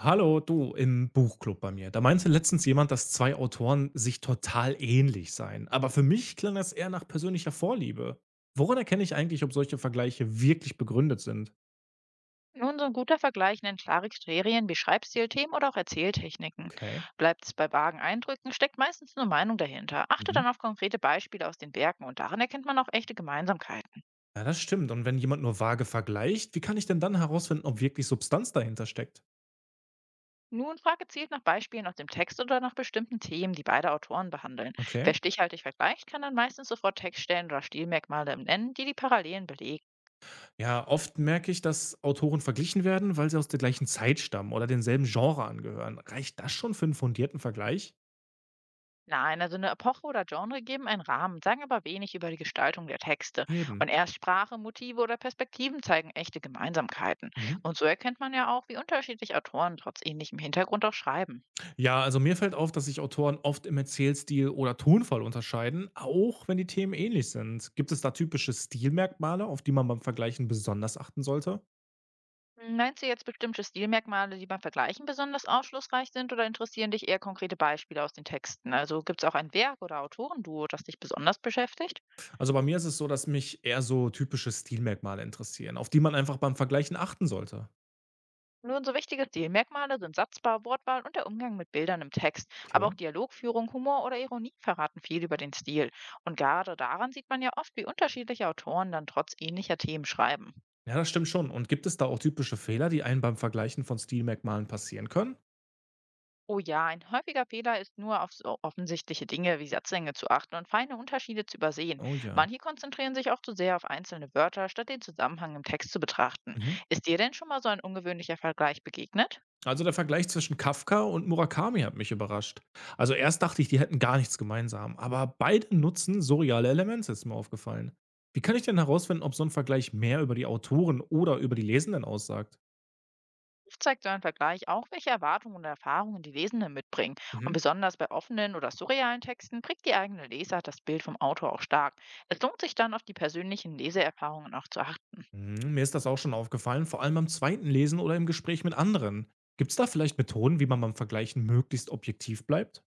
Hallo, du im Buchclub bei mir. Da meinte letztens jemand, dass zwei Autoren sich total ähnlich seien. Aber für mich klang das eher nach persönlicher Vorliebe. Woran erkenne ich eigentlich, ob solche Vergleiche wirklich begründet sind? Nun, so ein guter Vergleich nennt klare Kriterien wie Schreibstil, Themen oder auch Erzähltechniken. Okay. Bleibt es bei vagen Eindrücken, steckt meistens nur Meinung dahinter. Achte Mhm. dann auf konkrete Beispiele aus den Werken, und daran erkennt man auch echte Gemeinsamkeiten. Ja, das stimmt. Und wenn jemand nur vage vergleicht, wie kann ich denn dann herausfinden, ob wirklich Substanz dahinter steckt? Nun frage gezielt nach Beispielen aus dem Text oder nach bestimmten Themen, die beide Autoren behandeln. Okay. Wer stichhaltig vergleicht, kann dann meistens sofort Textstellen oder Stilmerkmale nennen, die die Parallelen belegen. Ja, oft merke ich, dass Autoren verglichen werden, weil sie aus der gleichen Zeit stammen oder denselben Genre angehören. Reicht das schon für einen fundierten Vergleich? Nein, also eine Epoche oder Genre geben einen Rahmen, sagen aber wenig über die Gestaltung der Texte. Eben. Und erst Sprache, Motive oder Perspektiven zeigen echte Gemeinsamkeiten. Mhm. Und so erkennt man ja auch, wie unterschiedlich Autoren trotz ähnlichem Hintergrund auch schreiben. Ja, also mir fällt auf, dass sich Autoren oft im Erzählstil oder Tonfall unterscheiden, auch wenn die Themen ähnlich sind. Gibt es da typische Stilmerkmale, auf die man beim Vergleichen besonders achten sollte? Meinst du jetzt bestimmte Stilmerkmale, die beim Vergleichen besonders aufschlussreich sind, oder interessieren dich eher konkrete Beispiele aus den Texten? Also gibt es auch ein Werk oder Autorenduo, das dich besonders beschäftigt? Also bei mir ist es so, dass mich eher so typische Stilmerkmale interessieren, auf die man einfach beim Vergleichen achten sollte. Nun, so wichtige Stilmerkmale sind Satzbau, Wortwahl und der Umgang mit Bildern im Text. Aber Okay. auch Dialogführung, Humor oder Ironie verraten viel über den Stil. Und gerade daran sieht man ja oft, wie unterschiedliche Autoren dann trotz ähnlicher Themen schreiben. Ja, das stimmt schon. Und gibt es da auch typische Fehler, die einem beim Vergleichen von Stilmerkmalen passieren können? Oh ja, ein häufiger Fehler ist, nur auf so offensichtliche Dinge wie Satzlänge zu achten und feine Unterschiede zu übersehen. Oh ja. Manche konzentrieren sich auch zu sehr auf einzelne Wörter, statt den Zusammenhang im Text zu betrachten. Mhm. Ist dir denn schon mal so ein ungewöhnlicher Vergleich begegnet? Also, der Vergleich zwischen Kafka und Murakami hat mich überrascht. Also, erst dachte ich, die hätten gar nichts gemeinsam, aber beide nutzen surreale Elemente, ist mir aufgefallen. Wie kann ich denn herausfinden, ob so ein Vergleich mehr über die Autoren oder über die Lesenden aussagt? Zeigt ein Vergleich auch, welche Erwartungen und Erfahrungen die Lesenden mitbringen. Und Mhm. besonders bei offenen oder surrealen Texten prägt die eigene Lesart das Bild vom Autor auch stark. Es lohnt sich dann, auf die persönlichen Leseerfahrungen auch zu achten. Hm, mir ist das auch schon aufgefallen, vor allem beim zweiten Lesen oder im Gespräch mit anderen. Gibt es da vielleicht Methoden, wie man beim Vergleichen möglichst objektiv bleibt?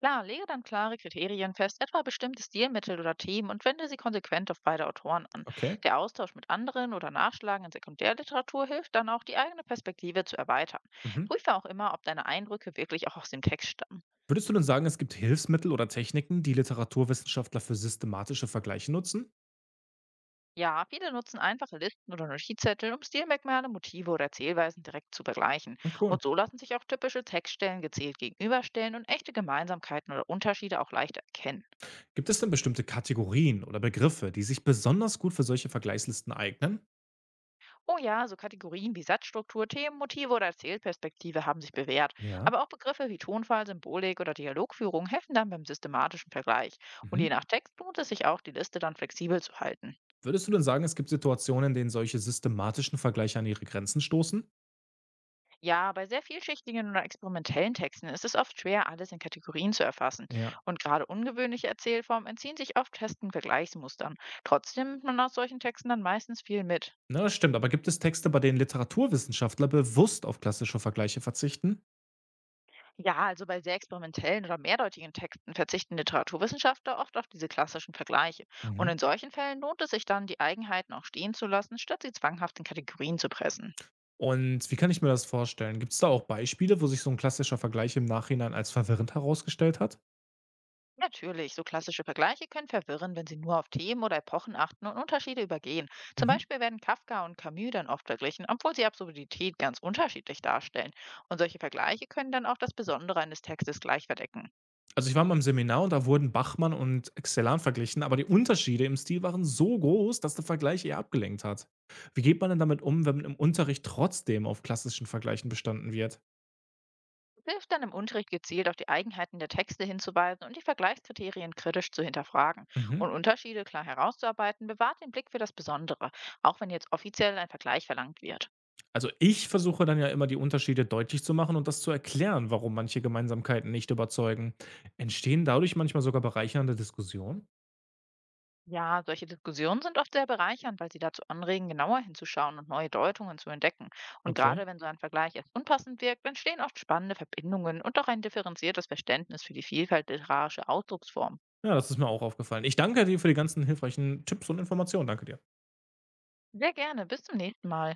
Klar, lege dann klare Kriterien fest, etwa bestimmte Stilmittel oder Themen, und wende sie konsequent auf beide Autoren an. Okay. Der Austausch mit anderen oder Nachschlagen in Sekundärliteratur hilft dann auch, die eigene Perspektive zu erweitern. Mhm. Prüfe auch immer, ob deine Eindrücke wirklich auch aus dem Text stammen. Würdest du denn sagen, es gibt Hilfsmittel oder Techniken, die Literaturwissenschaftler für systematische Vergleiche nutzen? Ja, viele nutzen einfache Listen oder Notizzettel, um Stilmerkmale, Motive oder Erzählweisen direkt zu vergleichen. Na cool. Und so lassen sich auch typische Textstellen gezielt gegenüberstellen und echte Gemeinsamkeiten oder Unterschiede auch leicht erkennen. Gibt es denn bestimmte Kategorien oder Begriffe, die sich besonders gut für solche Vergleichslisten eignen? Oh ja, so Kategorien wie Satzstruktur, Themen, Motive oder Erzählperspektive haben sich bewährt. Ja. Aber auch Begriffe wie Tonfall, Symbolik oder Dialogführung helfen dann beim systematischen Vergleich. Und Mhm. je nach Text lohnt es sich auch, die Liste dann flexibel zu halten. Würdest du denn sagen, es gibt Situationen, in denen solche systematischen Vergleiche an ihre Grenzen stoßen? Ja, bei sehr vielschichtigen oder experimentellen Texten ist es oft schwer, alles in Kategorien zu erfassen. Ja. Und gerade ungewöhnliche Erzählformen entziehen sich oft festen Vergleichsmustern. Trotzdem nimmt man aus solchen Texten dann meistens viel mit. Na, das stimmt, aber gibt es Texte, bei denen Literaturwissenschaftler bewusst auf klassische Vergleiche verzichten? Ja, also bei sehr experimentellen oder mehrdeutigen Texten verzichten Literaturwissenschaftler oft auf diese klassischen Vergleiche. Und Mhm. in solchen Fällen lohnt es sich dann, die Eigenheiten auch stehen zu lassen, statt sie zwanghaft in Kategorien zu pressen. Und wie kann ich mir das vorstellen? Gibt es da auch Beispiele, wo sich so ein klassischer Vergleich im Nachhinein als verwirrend herausgestellt hat? Natürlich, so klassische Vergleiche können verwirren, wenn sie nur auf Themen oder Epochen achten und Unterschiede übergehen. Zum Mhm. Beispiel werden Kafka und Camus dann oft verglichen, obwohl sie Absurdität ganz unterschiedlich darstellen. Und solche Vergleiche können dann auch das Besondere eines Textes gleich verdecken. Also, ich war mal im Seminar und da wurden Bachmann und Xylan verglichen, aber die Unterschiede im Stil waren so groß, dass der Vergleich eher abgelenkt hat. Wie geht man denn damit um, wenn im Unterricht trotzdem auf klassischen Vergleichen bestanden wird? Es hilft dann, im Unterricht gezielt auf die Eigenheiten der Texte hinzuweisen und die Vergleichskriterien kritisch zu hinterfragen. Mhm. Und Unterschiede klar herauszuarbeiten, bewahrt den Blick für das Besondere, auch wenn jetzt offiziell ein Vergleich verlangt wird. Also, ich versuche dann ja immer die Unterschiede deutlich zu machen und das zu erklären, warum manche Gemeinsamkeiten nicht überzeugen. Entstehen dadurch manchmal sogar bereichernde Diskussionen? Ja, solche Diskussionen sind oft sehr bereichernd, weil sie dazu anregen, genauer hinzuschauen und neue Deutungen zu entdecken. Und Okay. gerade wenn so ein Vergleich als unpassend wirkt, entstehen oft spannende Verbindungen und auch ein differenziertes Verständnis für die Vielfalt literarischer Ausdrucksformen. Ja, das ist mir auch aufgefallen. Ich danke dir für die ganzen hilfreichen Tipps und Informationen. Danke dir. Sehr gerne, bis zum nächsten Mal.